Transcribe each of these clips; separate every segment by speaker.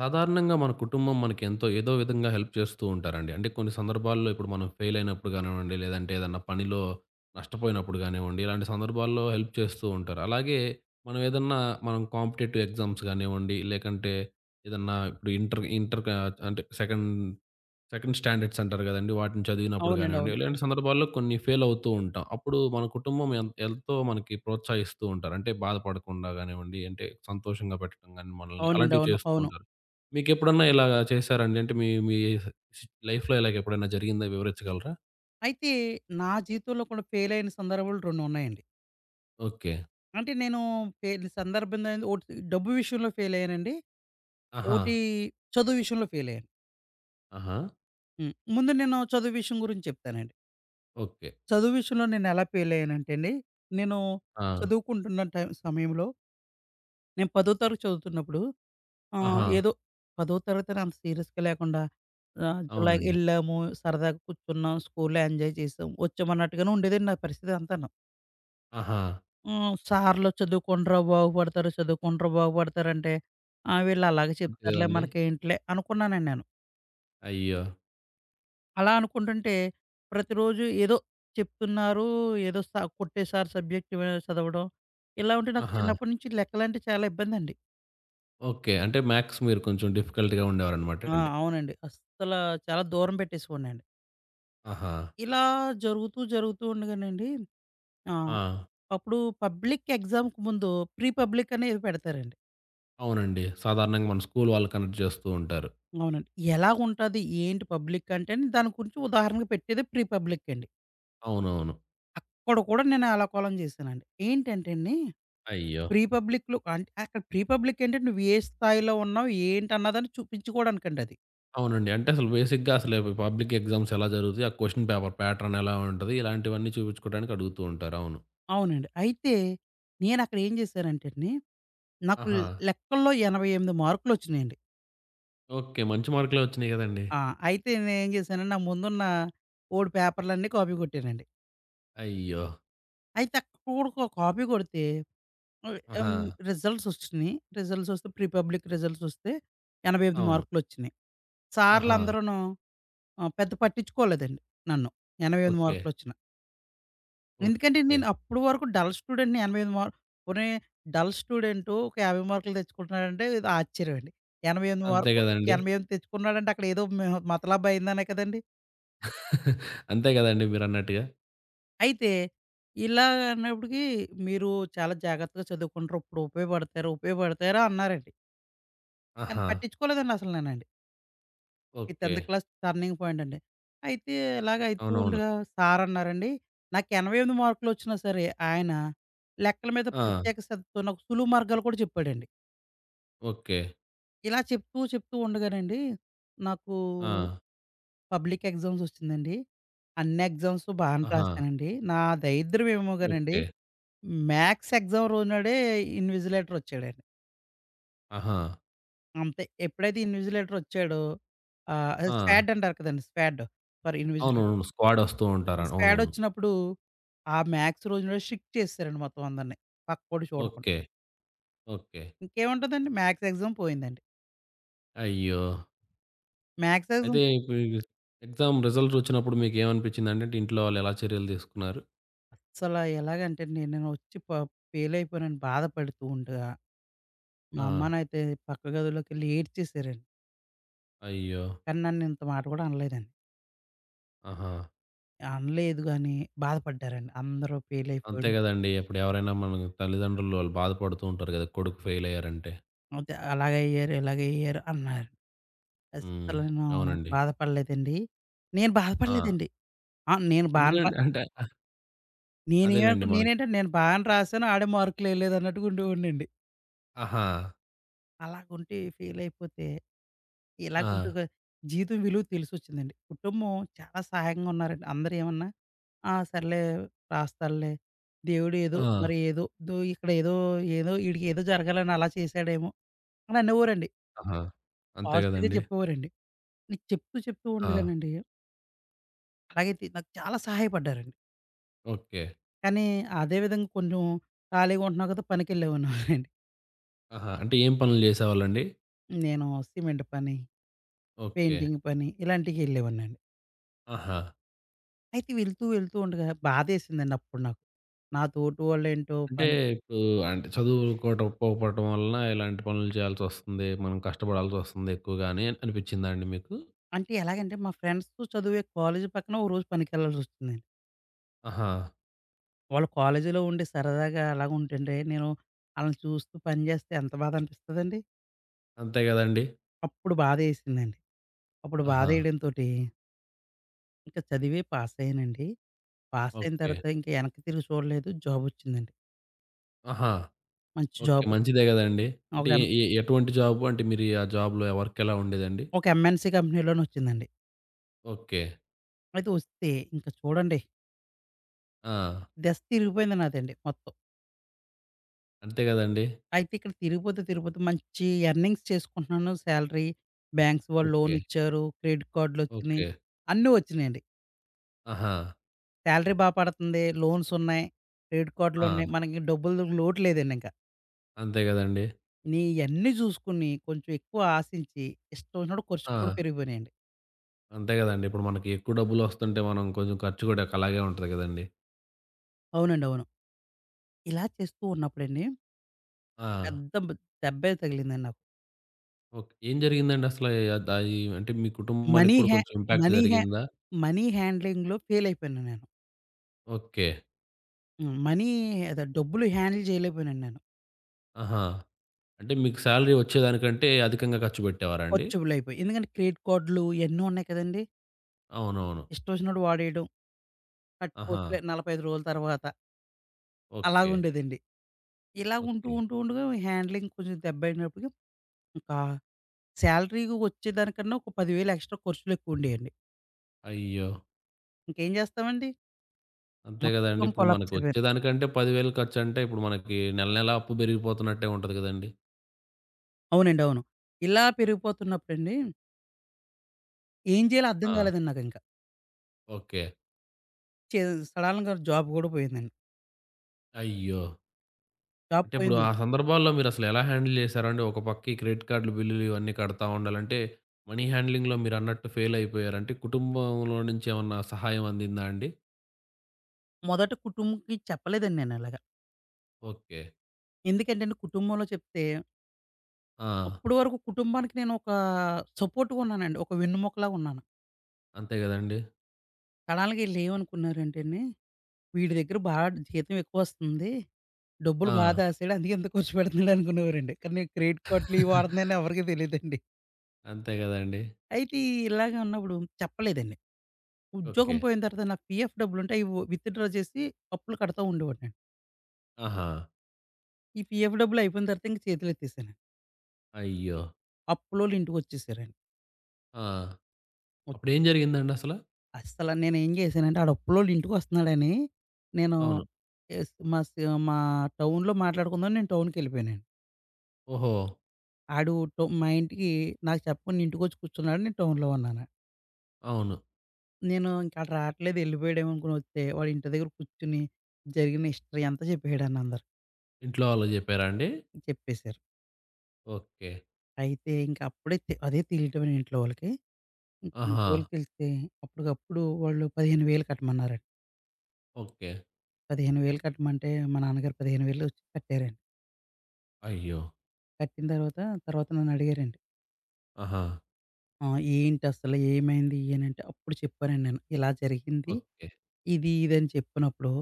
Speaker 1: సాధారణంగా మన కుటుంబం మనకెంతో ఏదో విధంగా హెల్ప్ చేస్తూ ఉంటారండి. అంటే కొన్ని సందర్భాల్లో ఇప్పుడు మనం ఫెయిల్ అయినప్పుడు గానివ్వండి, లేదంటే ఏదన్నా పనిలో నష్టపోయినప్పుడు గానివ్వండి, ఇలాంటి సందర్భాల్లో హెల్ప్ చేస్తూ ఉంటారు. అలాగే మనం ఏదన్నా మనం కాంపిటేటివ్ ఎగ్జామ్స్ గానివ్వండి, లేకంటే ఏదన్నా ఇప్పుడు ఇంటర్ ఇంటర్ కా అంటే సెకండ్ సెకండ్ స్టాండర్డ్స్ అంటారు గదండీ! వాటిని చదివినప్పుడు
Speaker 2: అవునండి.
Speaker 1: గానివ్వండి,
Speaker 2: అవును.
Speaker 1: ఇలాంటి సందర్భాల్లో కొన్ని ఫెయిల్ అవుతూ ఉంటాం. అప్పుడు మన కుటుంబం ఎంతో మనకి ప్రోత్సహిస్తూ ఉంటారు. అంటే బాధపడకుండా గానివ్వండి, అంటే సంతోషంగా పెట్టడం గాని మనల్ని
Speaker 2: అవునండి.
Speaker 1: అలాంటివి
Speaker 2: అవును.
Speaker 1: చేస్తూ
Speaker 2: అవును.
Speaker 1: ఉంటారు. మీకెప్పుడన్నా ఇలా చేశారండి? అంటే మీ మీ సి లైఫ్‌లో ఇలాగ ఎప్పుడైనా జరిగిందా? వివరించగలరా?
Speaker 2: అయితే నా జీవితంలో కూడా ఫెయిలయిన సందర్భాలు 2 ఉన్నాయండి.
Speaker 1: ఓకే.
Speaker 2: అంటే నేను ఫెయిల్ సందర్భంలో ఒకటి డబ్బు విషయంలో ఫెయిలయ్యానండి.
Speaker 1: ఆహా!
Speaker 2: ఒకటి చదువు విషయంలో ఫెయిలయ్యాను.
Speaker 1: ఆహా!
Speaker 2: ముందు నేను చదువు విషయం గురించి చెప్తానండి.
Speaker 1: ఓకే.
Speaker 2: చదువు విషయంలో నేనెలా ఫెయిలయ్యానంటే అండి, నేను
Speaker 1: ఆ!
Speaker 2: చదువుకుంటున్న టైం సమయంలో నేను 10థ్ తరగతి చదువుతున్నప్పుడు
Speaker 1: ఆహా!
Speaker 2: ఏదో 10థ్ తరగతి అని అంత సీరియస్‌గా లేకుండా జూలై
Speaker 1: అవునండి.
Speaker 2: ఎళ్ళాము, సరదాగా కూర్చున్నాం, స్కూల్‌లో ఎంజాయ్ చేసాం, వచ్చామన్నట్టుగానే ఉండేదండి నా పరిస్థితి అంతాను.
Speaker 1: ఆహా!
Speaker 2: సార్లు చదువుకోండిరా బాగుపడతారు, చదువుకోండిరా బాగుపడతారు అంటే, వీళ్ళు అలాగే
Speaker 1: అంతే
Speaker 2: చెప్తారులే
Speaker 1: గదండీ!
Speaker 2: మనకేంటిలే అనుకున్నానండి నేను.
Speaker 1: అయ్యో!
Speaker 2: అలా అనుకుంటుంటే ప్రతిరోజు ఏదో చెప్తున్నారు, ఏదో స కొట్టే సార్ సబ్జెక్ట్ చదవడం, ఇలా ఉంటే నాకు
Speaker 1: ఆహా!
Speaker 2: చిన్నప్పటి నుంచి లెక్కలంటే చాలా ఇబ్బందండి.
Speaker 1: ఓకే. అంటే మ్యాథ్స్ మీరు కొంచెం డిఫికల్ట్‌గా ఉండేవారనమాట అండి.
Speaker 2: అవునండి. అస్సల చాలా దూరం పెట్టేసేవాడినండి.
Speaker 1: ఆహా!
Speaker 2: ఇలా జరుగుతూ, జరుగుతూ ఉండగానండి ఆ!
Speaker 1: ఆ!
Speaker 2: అప్పుడు పబ్లిక్ ఎగ్జామ్‌కి ముందు ప్రీ పబ్లిక్ అనేది పెడతారండి.
Speaker 1: అవునండి. సాధారణంగా మన స్కూలు వాళ్ళు కండక్ట్ చేస్తూ ఉంటారు.
Speaker 2: అవునండి. ఎలాగుంటది? ఏంటి పబ్లిక్ అంటే దాని గురించి ఉదాహరణకు పెట్టేదే ప్రీ పబ్లిక్ అండి.
Speaker 1: అవునవును.
Speaker 2: అక్కడ కూడా నేను అల్లకల్లోలం చేశానండి. ఏంటంటే అండి,
Speaker 1: అయ్యో!
Speaker 2: ప్రీ పబ్లిక్‌లో అంటే అక్కడ ప్రీ పబ్లిక్ ఏంటంటే నువ్వు ఏ స్థాయిలో ఉన్నావు? ఏంటన్నదని చూపించుకోవడానికండి అది.
Speaker 1: అవునండి. అంటే అసలు బేసిక్‌గా అసలు పబ్లిక్ ఎగ్జామ్స్ ఎలా జరుగుతాయి? ఆ క్వెషన్ పేపర్ ప్యాటర్న్ ఎలా ఉంటది? ఇలాంటివన్నీ చూపించుకోవడానికి అడుగుతూ ఉంటారు. అవును.
Speaker 2: అవునండి. అయితే నేను అక్కడ ఏం చేశానంటే అండి, నాకు
Speaker 1: ఆహా!
Speaker 2: లెక్కల్లో 88 మార్కులొచ్చినాయండి.
Speaker 1: ఓకే. మంచి మార్కులే వచ్చినాయి గదండీ!
Speaker 2: ఆ! అయితే నేనేం చేశానంటే, నా ముందున్న బోలెడు పేపర్లన్నీ కాపీ కొట్టానండి.
Speaker 1: అయ్యో!
Speaker 2: అయితే అక్కడ కూడా ఒక కాపీ కొడితే ఆహ్, హ్మ్.
Speaker 1: ఆహా!
Speaker 2: రిజల్ట్స్ వచ్చినియి. రిజల్ట్స్ వస్తే ప్రీ పబ్లిక్ రిజల్ట్స్ వస్తే 88
Speaker 1: అవును.
Speaker 2: మార్కులొచ్చినియి.
Speaker 1: ఆహా!
Speaker 2: సార్లందరూను పెద్ద పట్టించుకోలేదండి నన్ను. 88
Speaker 1: ఓకే.
Speaker 2: మార్కులొచ్చినా. ఎందుకంటే
Speaker 1: ఓకే.
Speaker 2: నేను అప్పటి వరకు డల్ స్టూడెంట్‌ని 88 మార్ పోనీ డల్ స్టూడెంట్ ఒక 50 మార్కులు తెచ్చుకుంటున్నాడంటే ఇది ఆశ్చర్యమండి. 88
Speaker 1: అంతే
Speaker 2: మార్కులు
Speaker 1: గదండీ!
Speaker 2: 88 తెచ్చుకున్నాడంటే అక్కడ ఏదో మెహ మతలబ్ అయిందనే కదండీ!
Speaker 1: అంతే గదండీ మీరన్నట్టుగా.
Speaker 2: అయితే ఇలా అన్నప్పటికి మీరు చాలా జాగ్రత్తగా చదువుకుంటారు. ఇప్పుడు ఉపయోగపడతారు, ఉపయోగపడతారు అన్నారండి. కానీ
Speaker 1: ఆహా!
Speaker 2: పట్టించుకోలేదండి అసలు నేనండి. ఈ
Speaker 1: ఓకే.
Speaker 2: 10థ్ క్లాస్ టర్నింగ్ పాయింట్ అండి. అయితే ఇలాగ అయితూ
Speaker 1: అవునవును.
Speaker 2: ఉండగా సారన్నారండి, నాకు 88 మార్కులొచ్చినా సరే ఆయన లెక్కల మీద
Speaker 1: ఆ!
Speaker 2: ప్రత్యేక శ్రద్ధతో నాకు సులువు మార్గాలు కూడా చెప్పాడండి.
Speaker 1: ఓకే.
Speaker 2: ఇలా చెప్తూ, చెప్తూ ఉండగానండి నాకు
Speaker 1: ఆ!
Speaker 2: పబ్లిక్ ఎగ్జామ్స్ ఒచ్చిందండి. అన్ని ఎగ్జామ్స్ బానే
Speaker 1: ఆహా!
Speaker 2: రాసానండి. నా దరిద్రం ఏమో గానండి
Speaker 1: ఓకే.
Speaker 2: మ్యాథ్స్ ఎగ్జామ్ రోజునాడే ఇన్విజిలేటర్ ఒచ్చాడండి.
Speaker 1: ఆహా!
Speaker 2: అంతే ఎప్పుడైతే ఇన్విజిలేటర్ ఒచ్చాడో అది
Speaker 1: ఆ!
Speaker 2: స్వాడ్ అంటారు కదండీ! స్వాడ్. Sorry invigilator.
Speaker 1: అవునవును. స్క్వాడ్ వస్తూ ఉంటారని. అవునవును.
Speaker 2: స్క్వాడొచ్చినప్పుడు ఆ మ్యాథ్స్ రోజున స్ట్రిక్ట్ చేసేసారండి మొత్తం అందరిని. పక్కోడు చూడకుండా.
Speaker 1: ఓకే. ఓకే.
Speaker 2: ఇంకేముంటదండి మ్యాథ్స్ ఎగ్జామ్ పోయిందండి.
Speaker 1: అయ్యో!
Speaker 2: మ్యాథ్స్
Speaker 1: అయితే
Speaker 2: ఎగ్జామ్
Speaker 1: ఇప్పుడు ఎగ్జామ్ రిజల్ట్స్ వచ్చినప్పుడు మీకేమనిపించిందండి? అంటే ఇంట్లో వాళ్ళు ఎలా చర్యలు తీసుకున్నారు?
Speaker 2: అస్సల ఎలాగంటే నేను నేనొచ్చి ప ఫెయిలయిపోయానని బాధపడుతూ ఉండగా, మా
Speaker 1: ఆ!
Speaker 2: అమ్మనైతే పక్క గదిలోకెళ్ళి ఏడ్చేసారండి.
Speaker 1: అయ్యో!
Speaker 2: కానీ నన్నింత మాట కూడా అనలేదండి.
Speaker 1: ఆహా!
Speaker 2: అనలేదు గానీ బాధపడ్డారండి. అందరూ
Speaker 1: అంతే
Speaker 2: ఫెయిలయిపోయాడు.
Speaker 1: గదండీ. ఇప్పుడు ఎవరైనా మన తల్లిదండ్రులు వాళ్ళు బాధపడుతూ ఉంటారు గదా! కొడుకు ఫెయిల్ అయ్యారంటే.
Speaker 2: అయితే అలాగయ్యారు, ఇలాగయ్యారు అన్నారు.
Speaker 1: హ్మ్.
Speaker 2: అస్సలు నేను
Speaker 1: అవునండి.
Speaker 2: బాధపడలేదండి. నేను
Speaker 1: ఆ!
Speaker 2: బాధపడలేదండి. నేను బానే
Speaker 1: ఎందుకంటే అంటే అదేలెండి
Speaker 2: నేనేమనుకున్నా
Speaker 1: మనకి
Speaker 2: నేనేంటంటే నేను బాగానే రాసాను, ఆడే మార్కులెయలేదు అన్నట్టుగా ఉండేవాడినండి.
Speaker 1: ఆహా!
Speaker 2: అలాగుంటే ఫెయిలయిపోతే,
Speaker 1: ఆ!
Speaker 2: ఇలాగుంటే గ జీవితం విలువ తెలిసొచ్చిందండి. కుటుంబం చాలా సహాయంగా ఉన్నారండి. అందరూ ఏమన్నా, "ఆ! సర్లే రాస్తాడులే. దేవుడు ఏదో
Speaker 1: ఆ!
Speaker 2: మరి దో ఇక్కడ ఏదో ఏదో ఈడికి ఏదో జరగాలని అలా చేశాడేమో" అని అనేవారండి.
Speaker 1: ఆహా! అంతే
Speaker 2: పాజిటివ్‌గా
Speaker 1: గదండీ.
Speaker 2: చెప్పేవారండి. నేను చెప్తూ చెప్తూ
Speaker 1: ఆ!
Speaker 2: ఉండగానండి, అలాగైతే నాకు చాలా సహాయపడ్డారండి.
Speaker 1: ఓకే.
Speaker 2: కానీ అదే విధంగా కొంచెం ఖాళీగా ఉంటున్నావు కదా! పనికెళ్ళేవాడినండి.
Speaker 1: ఆహా! అంటే ఏం పనులు జేసేవాళ్ళండి?
Speaker 2: నేను సిమెంట్ పని
Speaker 1: ఓకే.
Speaker 2: పెయింటింగ్ పని ఇలాంటికెళ్ళేవాడినండి.
Speaker 1: ఆహా!
Speaker 2: అయితే వెళ్తూ, వెళ్తూ ఉండగా బాధేసిందండి అప్పుడు నాకు. నా తోటివాళ్ళేంటో
Speaker 1: అంటే
Speaker 2: పని
Speaker 1: ఇప్పుడు అంటే చదువుకోకపోవటం వలన ఇలాంటి పనులు చేయాల్సొస్తుంది. మనం కష్టపడాల్సొస్తుంది ఎక్కువగా అని అనిపిచ్చిందా అండి మీకు?
Speaker 2: అంటే ఎలాగంటే మా ఫ్రెండ్స్ చదివే కాలేజీ పక్కన ఓ రోజు పనికెళ్ళాల్సొచ్చిందండి.
Speaker 1: ఆహా!
Speaker 2: వాళ్ళు కాలేజీలో ఉండి సరదాగా అలాగుంటుండే నేను ఆళ్ళని చూస్తూ పని జేస్తే ఎంత బాధనిపిస్తదండి.
Speaker 1: అంతే గదండీ!
Speaker 2: అప్పుడు బాధేసిందండి. అప్పుడు
Speaker 1: ఆహా!
Speaker 2: బాధేయడంతోటి ఇంక చదివే పాసయ్యానండి. పాసయిన
Speaker 1: ఓకే.
Speaker 2: తర్వాత ఇంక ఎనక్కి తిరిగి చూడలేదు. జాబొచ్చిందండి.
Speaker 1: ఆహా!
Speaker 2: మంచి
Speaker 1: ఓకే.
Speaker 2: జాబొచ్చింది.
Speaker 1: మంచిదే గదండీ!
Speaker 2: ఒక
Speaker 1: అంటే
Speaker 2: ఎం
Speaker 1: ఎ ఎ ఎటువంటి జాబు? అంటే మీరు ఆ జాబ్‌లో వర్క్ ఎలా ఉండేదండి?
Speaker 2: ఒక ఎంఎన్‌సీ కంపెనీలోనొచ్చిందండి.
Speaker 1: ఓకే.
Speaker 2: అయితే వస్తే ఇంక చూడండి
Speaker 1: ఆ!
Speaker 2: దశ తిరిగిపోయింది నాదండి మొత్తం.
Speaker 1: అంతే గదండీ!
Speaker 2: అయితే ఇక్కడ తిరిగిపోతూ, తిరిగిపోతూ మంచి ఎర్నింగ్స్ చేసుకుంటున్నాను. శాలరీ, బ్యాంక్స్ వాళ్ళు
Speaker 1: ఓకే.
Speaker 2: లోనిచ్చారు, క్రెడిట్ కార్డులొచ్చినియి.
Speaker 1: ఓకే.
Speaker 2: అన్నీ వచ్చినియండి.
Speaker 1: ఆహా!
Speaker 2: శాలరీ బా పడతంది, లోన్సున్నాయి, క్రెడిట్
Speaker 1: ఆ!
Speaker 2: కార్డులున్నాయి. మనకి డబ్బులు లోటు లేదండింక.
Speaker 1: అంతే గదండీ!
Speaker 2: నీ ఇయన్నీ చూసుకొని కొంచెం ఎక్కువ ఆశించి ఇష్టం వచ్చినట్టు
Speaker 1: ఆ!
Speaker 2: ఖర్చులు కూడా పెరిగిపోయినియండి.
Speaker 1: అంతే గదండీ! ఇప్పుడు మనకి ఎక్కువ డబ్బులొస్తుంటే మనం కొంచెం ఖర్చు గూడా అలాగే ఉంటది గదండీ!
Speaker 2: అవునండి. అవును. ఇలా చేస్తూ ఉన్నప్పుడండి
Speaker 1: ఆ!
Speaker 2: పెద్ద బ్ దెబ్బే తగిలిందండి నాకు.
Speaker 1: ఓకే. ఏం జరిగిందండి అసల? అది అంటే మీ కుటుంబానికి
Speaker 2: మనీ
Speaker 1: కూడా
Speaker 2: హ్యా
Speaker 1: కొంచెం ఇంపాక్ట్
Speaker 2: మనీ హ్యా
Speaker 1: జరిగిందా?
Speaker 2: మనీ హ్యాండ్లింగ్‌లో ఫెయిల్ అయిపోయాను నేను.
Speaker 1: ఓకే.
Speaker 2: హ్మ్. మనీ అదే డబ్బులు హ్యాండిల్ చేయలేకపోయానండి నేను.
Speaker 1: ఆహా! అంటే మీకు సాలరీ వచ్చేదానికంటే అధికంగా ఖర్చు పెట్టేవారా అండి?
Speaker 2: ఖర్చులైపోయాయి. ఎందుకంటే క్రెడిట్ కార్డులు ఇయన్నీ ఉన్నాయి కదండీ!
Speaker 1: అవునవును.
Speaker 2: ఇష్టం వచ్చినట్టు వాడేయడం.
Speaker 1: ఆహా!
Speaker 2: కట్టుకోవచ్చులే 45 రోజుల తర్వాత
Speaker 1: ఓకే.
Speaker 2: అలాగుండేదండి. ఇలా ఉంటూ,
Speaker 1: ఓకే.
Speaker 2: ఉంటూ ఉండగా హ్యాండ్లింగ్ కొంచెం దెబ్బతిన్నప్పటికి ఇంకా సాలరీ‌కి వచ్చేదానికన్నా ఒక 10,000 ఎక్స్‌ట్రా ఖర్చులెక్కువుండేయండి.
Speaker 1: అయ్యో!
Speaker 2: ఇంకేం చేస్తామండి?
Speaker 1: అంతే గదండీ.
Speaker 2: మొత్తం
Speaker 1: ఇప్పుడు
Speaker 2: కొలాప్స్
Speaker 1: మనకు
Speaker 2: అయిపోయాను.
Speaker 1: వచ్చేదానికంటే 10,000 ఖర్చంటే ఇప్పుడు మనకి నెల నెలా అప్పు పెరిగిపోతున్నట్టే ఉంటది గదండీ.
Speaker 2: అవునండి. అవును. ఇలా పెరిగిపోతున్నప్పుడండి ఏం చేయాలో అర్థం
Speaker 1: ఆ!
Speaker 2: కాలేదండి నాకింక.
Speaker 1: ఓకే.
Speaker 2: చే సడెన్‌గా జాబ్ కూడా పోయిందండి.
Speaker 1: అయ్యో!
Speaker 2: జాబ్
Speaker 1: అంటే ఇప్పుడు
Speaker 2: పోయింది.
Speaker 1: ఆ సందర్భాల్లో మీరసలు ఎలా హ్యాండిల్ చేశారండి? ఒక పక్కి క్రెడిట్ కార్డ్‌లు బిల్లులు ఇవన్నీ కడతా ఉండాలంటే, మనీ హ్యాండ్లింగ్‌లో మీరన్నట్టు ఫెయిల్ అయిపోయారు. అంటే కుటుంబంలో నుంచి ఏమన్నా సహాయం అందిందా అండి?
Speaker 2: మొదట కుటుంబంకి చెప్పలేదండి నేనిలాగ.
Speaker 1: ఓకే.
Speaker 2: ఎందుకంటేండి కుటుంబంలో చెప్తే,
Speaker 1: ఆ!
Speaker 2: అప్పటి వరకు కుటుంబానికి నేను ఒక సపోర్ట్‌గా ఉన్నానండి. ఒక వెన్నెముకలా ఉన్నాను.
Speaker 1: అంతే గదండీ!
Speaker 2: సడెన్‌గా ఈళ్ళేమనుకున్నారంటేండి, వీడి దగ్గర బాగా జీతం ఎక్కువొస్తుంది. డబ్బులు బాగా
Speaker 1: ఆ!
Speaker 2: దాసాడు. అందుకే ఇంత ఖర్చు పెడుతున్నాడు అనుకునేవారండి. కానీ నేను క్రెడిట్ కార్డ్‌లు ఇవి వాడుతున్నానని ఎవరికీ తెలీదండి.
Speaker 1: అంతే గదండీ!
Speaker 2: అయితే ఇలాగే ఉన్నప్పుడు చెప్పలేదండి. ఉద్యోగం
Speaker 1: ఓకే.
Speaker 2: పోయిన తర్వాత నాకు పీఎఫ్ డబ్బులుంటే అవి విత్‌డ్రా చేసి అప్పులు కడతా ఉండేవాడినండి.
Speaker 1: ఆహా!
Speaker 2: ఈ పీఎఫ్ డబ్బులు అయిపోయిన తర్వాత ఇంక చేతులెత్తేసానండి.
Speaker 1: అయ్యో!
Speaker 2: అప్పులోళ్ళు ఇంటికొచ్చేసారండి.
Speaker 1: ఆ!
Speaker 2: ఒచ్
Speaker 1: అప్పుడేం జరిగిందండి అసల?
Speaker 2: అస్సల నేనేం చేశానంటే, ఆడు అప్పులోళ్ళ ఇంటికొస్తున్నాడని, నేను
Speaker 1: అవును.
Speaker 2: ఎస్ మా సి మా టౌన్‌లో మాట్లాడుకుందామని నేను టౌన్‌కెళ్ళిపోయానండి.
Speaker 1: ఓహో!
Speaker 2: ఆడు టౌ మా ఇంటికి నాకు చెప్పకుండా ఇంటికొచ్చి కూర్చున్నాడు. నేను టౌన్‌లో ఉన్నాను.
Speaker 1: అవును.
Speaker 2: నేను ఇంక ఆడు రాట్లేదు ఎళ్ళిపోయాడేమో అనుకోనొస్తే, వాడు ఇంటి దగ్గర కూర్చొని జరిగిన హిస్టరీ అంతా చెప్పేసాడండి అందరికి.
Speaker 1: ఇంట్లో వాళ్ళకి జెప్పారా అండి?
Speaker 2: చెప్పేశారు.
Speaker 1: ఓకే.
Speaker 2: అయితే ఇంక అప్పుడే తె అదే తెలియటమేనండి ఇంట్లో వాళ్ళకి. ఇంక ఇంట్లో
Speaker 1: ఆహా!
Speaker 2: వాళ్ళకి తెలిస్తే అప్పటికప్పుడు వాళ్ళు 15,000 కట్టమన్నారండి.
Speaker 1: ఓకే.
Speaker 2: 15,000 కట్టమంటే మా నాన్నగారు 15,000 కట్టారండి.
Speaker 1: అయ్యో!
Speaker 2: కట్టిన తర్వాత, తర్వాత నన్నడిగారండి.
Speaker 1: ఆహా!
Speaker 2: "ఏంటి అసలు ఏమైంది?" అని అంటే అప్పుడు చెప్పానండి నేను. ఇలా జరిగింది.
Speaker 1: ఓకే.
Speaker 2: ఇది, ఇది అని చెప్పినప్పుడు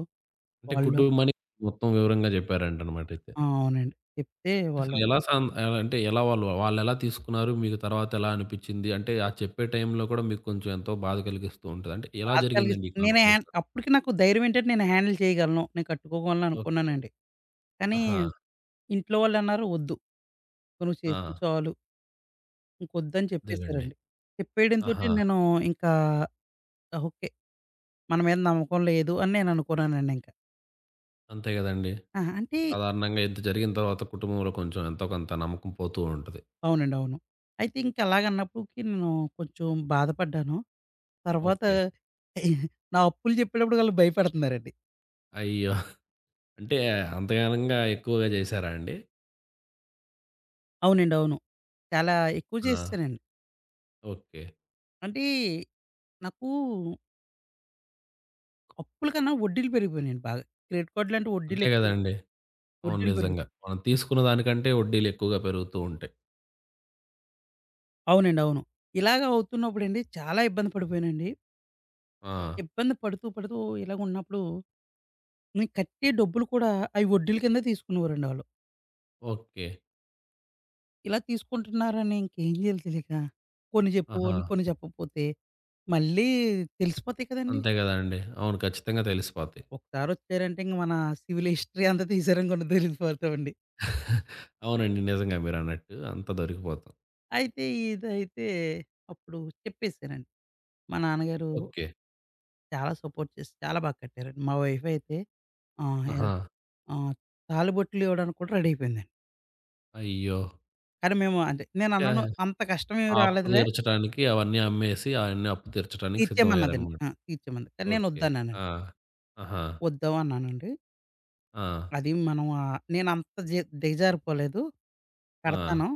Speaker 1: అంటే
Speaker 2: వాళ్ళు
Speaker 1: కుటుంబానికి మొత్తం వివరంగా జెప్పారంటనమాట అయితే.
Speaker 2: అవునండి. చెప్తే వాళ్ళు
Speaker 1: అసలు ఎలా అంటే ఎలా వాళ్ళెలా తీసుకున్నారు? మీకు తర్వాత ఎలా అనిపిచ్చింది? అంటే ఆ చెప్పే టైంలో కూడా మీకు కొంచెం ఎంతో బాధ కలిగిస్తూ ఉంటది. అంటే ఎలా
Speaker 2: బాధ కలిగిస్
Speaker 1: జరిగిందండి ఈ
Speaker 2: నేనే హ్యాన్
Speaker 1: కన్వర్జేషన్?
Speaker 2: అప్పటికి నాకు ధైర్యం ఏంటంటే నేను హ్యాండిల్ చేయగలను. నేను కట్టుకోగలను
Speaker 1: ఓకే.
Speaker 2: అనుకున్నానండి. కానీ
Speaker 1: ఆహా!
Speaker 2: ఇంట్లో వాళ్ళన్నారు "వద్దు. నువ్వు చేసింది
Speaker 1: ఆ!
Speaker 2: చాలు. ఇంకొద్దని"
Speaker 1: అదేలెండి.
Speaker 2: చెప్పేసారండి. చెప్పేయడంతోటి
Speaker 1: ఆహా!
Speaker 2: నేను ఇంకా ఓకే. మన మీద నమ్మకం లేదు అని నేను అనుకున్నానండి ఇంకా.
Speaker 1: అంతే గదండీ.
Speaker 2: అంటే
Speaker 1: సాధారణంగా ఇంత జరిగిన తర్వాత కుటుంబంలో కొంచెం ఎంతో కొంత నమ్మకం పోతూ ఉంటది.
Speaker 2: అవునండి. అవును. అయితే ఇంకా అలాగన్నప్పుడుకి నేను కొంచెం బాధపడ్డాను. తర్వాత
Speaker 1: ఓకే.
Speaker 2: నా అప్పులు చెప్పేటప్పుడు ఆళ్ళు భయపెడుతున్నారండి.
Speaker 1: అయ్యో! అంటే అంతగనంగా ఎక్కువగా జేశారా అండి?
Speaker 2: అవునండి. అవును. చాలా ఎక్కువ
Speaker 1: ఆ!
Speaker 2: చేసేసానండి.
Speaker 1: ఓకే.
Speaker 2: అంటే నాకు అప్పుల కన్నా వడ్డీలు పెరిగిపోయినాయండి బాగా. క్రెడిట్ కార్డ్‌లంటే వడ్డీలు
Speaker 1: అంతే
Speaker 2: ఎక్కువ
Speaker 1: గదండీ. అవును.
Speaker 2: వడ్డీలు పెరుగుతాయి.
Speaker 1: నిజంగా. మనం తీసుకున్న దానికంటే వడ్డీలెక్కువగా పెరుగుతూ ఉంటాయి.
Speaker 2: అవునండి. అవును. ఇలాగ అవుతున్నప్పుడండి చాలా ఇబ్బంది పడిపోయానండి.
Speaker 1: ఆ!
Speaker 2: ఇబ్బంది పడుతూ, పడుతూ ఇలాగున్నప్పుడు నేను కట్టే డబ్బులు కూడా అయి వడ్డీల కింద తీసుకునేవారండి ఆళ్ళు.
Speaker 1: ఓకే.
Speaker 2: ఇలా తీసుకుంటున్నారని ఇంకేం చేయాలి తెలియక, కొన్ని
Speaker 1: ఆహా!
Speaker 2: చెప్పేవాడిని, కొన్ని చెప్పకపోతే మళ్ళీ తెలిసిపోతాయి కదండీ!
Speaker 1: అంతే గదండీ. అవును. ఖచ్చితంగా తెలిసిపోతాయి.
Speaker 2: ఒకసారొచ్చారంటే ఇంక మన సివిల్ హిస్టరీ అంతా తీశారనుకోండి తెలిసిపోతామండి.
Speaker 1: అవునండి. నిజంగా మీరన్నట్టు. అంతా దొరికిపోతాం.
Speaker 2: అయితే ఇదైతే అప్పుడు చెప్పేసానండి. మా నాన్నగారు
Speaker 1: ఓకే.
Speaker 2: చాలా సపోర్ట్ చేసి చాలా బాగా కట్టారండి. మా వైఫ్ అయితే ఆహ్, ఎల్
Speaker 1: ఆహా!
Speaker 2: ఆహ్, తాళిబొట్లు ఇవ్వడానికి కూడా రెడీ అయిపోయిందండి.
Speaker 1: అయ్యో!
Speaker 2: కానీ మేము అంటే నేను అన్నాను
Speaker 1: యాహ్!
Speaker 2: అంత కష్టం ఏమి
Speaker 1: ఆ అప్పు
Speaker 2: రాలేదులే
Speaker 1: తీర్చడానికి అవన్నీ అమ్మేసి, అవన్నీ అప్పు తీర్చడానికి
Speaker 2: తీర్చేయమన్నదండి.
Speaker 1: సిద్ధమయ్యారనమాట.
Speaker 2: తీర్చేయమన్నది. కానీ నేను
Speaker 1: ఓకే.
Speaker 2: వద్దన్నానండి.
Speaker 1: ఆ! ఆహా!
Speaker 2: వద్దు అన్నానండి.
Speaker 1: ఆ!
Speaker 2: అది మనం నేనంత జె దిగజారిపోలేదు.
Speaker 1: ఆ!
Speaker 2: కడతాను.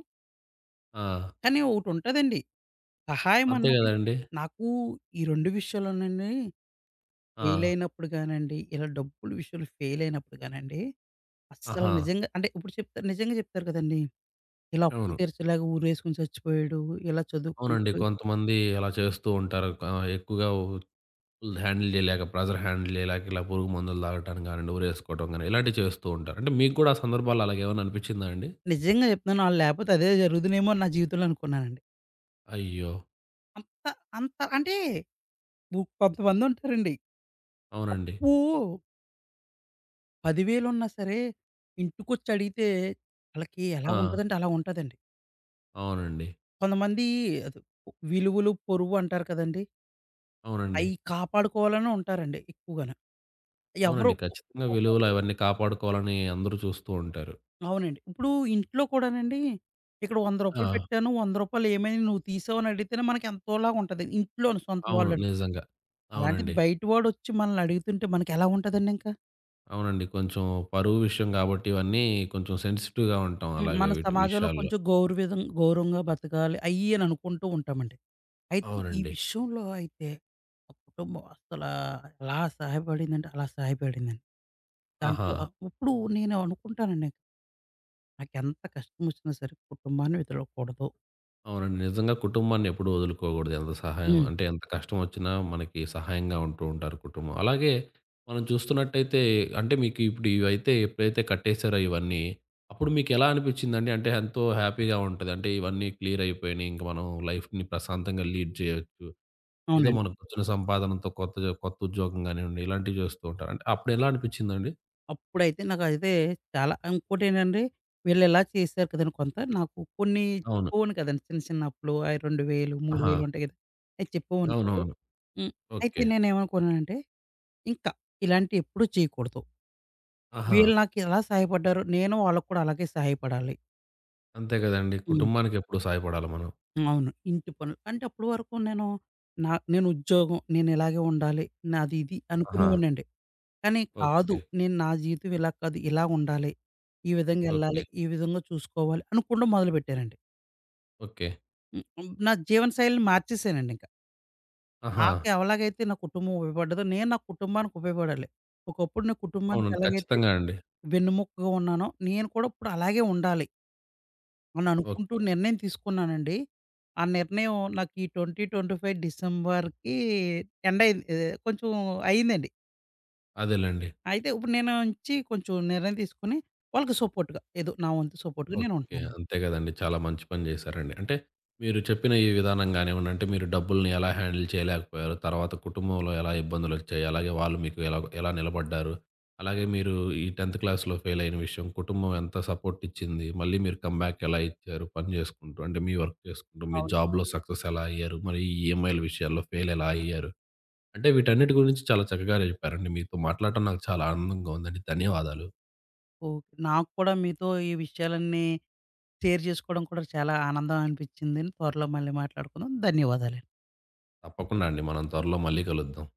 Speaker 1: ఆ!
Speaker 2: కానీ ఒకటుంటదండి. సహాయం
Speaker 1: అంతే
Speaker 2: అన్నది
Speaker 1: గదండీ.
Speaker 2: నాకు ఈ 2 విషయాల్లోనండి
Speaker 1: ఆ!
Speaker 2: ఫెయిలయినప్పుడు గానండి, ఇలా డబ్బుల విషయంలో ఫెయిలయినప్పుడు గానండి, అస్సలు
Speaker 1: ఆహా!
Speaker 2: నిజంగా అంటే ఇప్పుడు చెప్తారు నిజంగా చెప్తారు కదండీ! ఇలా అప్పులు
Speaker 1: అవును.
Speaker 2: తీర్చలేక ఊరేసుకొని చచ్చిపోయాడు. ఇలా
Speaker 1: అవునండి.
Speaker 2: చదువుకున్నప్పుడు
Speaker 1: కొంతమంది అలా చేస్తూ ఉంటారు. ఎక్కువగా హ్యాండిల్ చేయలేక, ప్రెషర్ హ్యాండిల్ చేయలేక ఇలా పురుగు మందులు తాగటం గానియండి, ఉరేసుకోవటం గాని ఇలాంటివి చేస్తూ ఉంటారు. అంటే మీకు కూడా ఆ సందర్భాల్లో అలాగేమన్నా అనిపిచ్చిందా అండి?
Speaker 2: నిజంగా చెప్తున్నాను ఆళ్ళు లేపోతే అదే జరుగుదునేమో అని నా జీవితంలో అనుకున్నానండి.
Speaker 1: అయ్యో!
Speaker 2: అంత అంత అంటే వు కొంతమందుంటారండి.
Speaker 1: అవునండి.
Speaker 2: అప్పు 10,000 ఉన్నా సరే, ఇంటికొచ్చి అడిగితే ఆళ్ళకి ఎలా
Speaker 1: ఆ!
Speaker 2: ఉంటదంటే అలా ఉంటదండి.
Speaker 1: అవునండి.
Speaker 2: కొంతమంది అది విలువలు, పొరుగు అంటారు కదండీ!
Speaker 1: అవునండి.
Speaker 2: అయి కాపాడుకోవాలనే ఉంటారండి ఎక్కువగాను. ఎవరు
Speaker 1: అవునండి. ఖచ్చితంగా విలువలు అవన్నీ కాపాడుకోవాలని అందరూ చూస్తూ ఉంటారు.
Speaker 2: అవునండి. ఇప్పుడు ఇంట్లో కూడానండి, ఇక్కడ రూ. 100
Speaker 1: ఆ!
Speaker 2: పెట్టాను, రూ. 100 ఏమైంది నువ్వు తీసావు అని అడిగితేనే మనకి ఎంతోలాగా ఉంటది. ఇంట్లోని సొంత
Speaker 1: అవును.
Speaker 2: వాళ్ళు అడిగితే.
Speaker 1: నిజంగా.
Speaker 2: అలాంటిది
Speaker 1: అవునండి.
Speaker 2: బయట వాడొచ్చి మనల్ని అడుగుతుంటే మనకెలా ఉంటదండి ఇంకా?
Speaker 1: అవునండి. కొంచెం పరువు విషయం గాబట్టి ఇవన్నీ కొంచెం సెన్సిటివ్‌గా ఉంటాం అలాగే
Speaker 2: మన
Speaker 1: వీటి
Speaker 2: సమాజంలో
Speaker 1: విషయాల్లో.
Speaker 2: కొంచెం గౌరవంగా బతకాలి అయ్యి అని అనుకుంటూ ఉంటామండి. అయితే ఈ
Speaker 1: అవునండి.
Speaker 2: విషయంలో అయితే మా కుటుంబం అసలా ఎలా సహాయపడిందంటే అలా సహాయపడిందండి.
Speaker 1: ఆహా!
Speaker 2: దాంట్లో ఇప్పుడు నేను అనుకుంటానండి నాకెంత కష్టమొచ్చినా సరే కుటుంబాన్ని వదలకూడదు.
Speaker 1: అవునండి. నిజంగా కుటుంబాన్ని ఎప్పుడూ వదులుకోకూడదు. ఎంత సహాయం
Speaker 2: హ్మ్.
Speaker 1: అంటే ఎంత కష్టం వచ్చినా మనకి సహాయంగా ఉంటూ ఉంటారు కుటుంబం. అలాగే మనం చూస్తున్నట్టయితే అంటే మీకు ఇప్పుడు ఇవైతే ఎప్పుడైతే కట్టేసారో ఇవన్నీ, అప్పుడు మీకెలా అనిపిచ్చిందండి? అంటే ఎంతో హ్యాపీగా ఉంటది. అంటే ఇవన్నీ క్లియర్ అయిపోయినియి. ఇంక మనం లైఫ్‌ని ప్రశాంతంగా లీడ్ చేయొచ్చు. ఏదో
Speaker 2: అవునండి.
Speaker 1: మనకొచ్చిన సంపాదనతో కొత్త ఉద్యోగం గానివ్వండి, ఇలాంటివి చేస్తూ ఉంటారు. అంటే అప్పుడెలా అనిపిచ్చిందండి?
Speaker 2: అప్పుడైతే నాకైతే చాలా ఇంకోటేంటండి వీళ్ళిలా చేశారు కదండీ కొంత నాకు కొన్ని
Speaker 1: అవును.
Speaker 2: చెప్పేవాడిని కదండీ చిన్న చిన్న అప్పులు అయి 2000,
Speaker 1: ఆహా!
Speaker 2: 3000 ఉంటాయి కదా! అయి చెప్పేవాడిని కాదు.
Speaker 1: అవునవును.
Speaker 2: హ్మ్. అయితే
Speaker 1: ఓకే.
Speaker 2: నేనేమనుకున్నానంటే ఇంకా ఇలాంటియి ఎప్పుడూ చేయకూడదు.
Speaker 1: ఆహా!
Speaker 2: వీళ్ళు నాకెలా సహాయపడ్డారో, నేను వాళ్ళకి కూడా అలాగే సహాయపడాలి.
Speaker 1: అంతే గదండీ.
Speaker 2: హ్మ్.
Speaker 1: కుటుంబానికెప్పుడు సాయపడాలి మనం.
Speaker 2: అవును. ఇంటి పనులు. అంటే అప్పటి వరకు నేను నా నేను ఉద్యోగం, నేను ఇలాగే ఉండాలి, నాది ఇది
Speaker 1: ఆహా!
Speaker 2: అనుకునేవాడినండి. కానీ కాదు,
Speaker 1: ఓకే.
Speaker 2: నేను నా జీవితం ఇలా కాదు, ఇలా ఉండాలి, ఈ విధంగా ఎళ్ళాలి,
Speaker 1: ఓకే.
Speaker 2: ఈ విధంగా చూసుకోవాలి అనుకోవడం మొదలుపెట్టానండి.
Speaker 1: ఓకే.
Speaker 2: నా జీవన శైలిని మార్చేసానండింక.
Speaker 1: ఆహా!
Speaker 2: నాకు ఎలాగైతే నా కుటుంబం ఉపయోగపడ్డదో, నేను నా కుటుంబానికి ఉపయోగపడాలి. ఒకప్పుడు నా కుటుంబానికి
Speaker 1: అవునండి.
Speaker 2: ఎలాగైతే
Speaker 1: ఖచ్చితంగా అండి.
Speaker 2: వెన్నెముకగా ఉన్నానో, నేను కూడా ఇప్పుడు అలాగే ఉండాలి. అని అనుకుంటూ
Speaker 1: ఓకే.
Speaker 2: నిర్ణయం తీసుకున్నానండి. ఆ నిర్ణయం నాకు ఈ 2025 డిసెంబర్‌కి ఎండ్ అయింది. ఏ కొంచెం అయిందండి.
Speaker 1: అదేలెండి.
Speaker 2: అయితే ఇప్పుడు నేను నుంచి కొంచెం నిర్ణయం తీసుకొని వాళ్ళకి సపోర్ట్‌గా ఏదో నా వంతు సపోర్ట్‌గా నేను
Speaker 1: ఓకే.
Speaker 2: ఉంటున్నానండి.
Speaker 1: అంతే గదండీ. చాలా మంచి పని జేశారండి. అంటే మీరు చెప్పిన ఈ విధానం గానివ్వండి, అంటే మీరు డబ్బుల్ని ఎలా హ్యాండిల్ చేయలేకపోయారు, తర్వాత కుటుంబంలో ఎలా ఇబ్బందులొచ్చాయి, అలాగే వాళ్ళు మీకు ఎలా ఎలా నిలబడ్డారు, అలాగే మీరు ఈ 10థ్ క్లాస్‌లో ఫెయిల్ అయిన విషయం, కుటుంబం ఎంత సపోర్ట్ ఇచ్చింది, మళ్ళీ మీరు కమ్‌బ్యాక్ ఎలా ఇచ్చారు, పని జేసుకుంటూ, అంటే మీ వర్క్ చేసుకుంటూ, మీ
Speaker 2: అవునండి.
Speaker 1: జాబ్‌లో సక్సెస్ ఎలా అయ్యారు, మరి ఈ ఈఎంఐల విషయాల్లో ఫెయిల్ ఎలా అయ్యారు? అంటే వీటన్నిటి గురించి చాలా చక్కగానే చెప్పారండి. మీతో మాట్లాడటం నాకు చాలా ఆనందంగా ఉందండి. ధన్యవాదాలు.
Speaker 2: ఓకే. నాకు కూడా మీతో ఈ విషయాలన్నీ షేర్ చేసుకోవడం కూడా చాలా ఆనందం అనిపించిందండి. త్వరలో మళ్ళీ మాట్లాడుకుందాం. ధన్యవాదాలండి.
Speaker 1: తప్పకుండా అండి. మనం త్వరలో మళ్ళీ కలుద్దాం.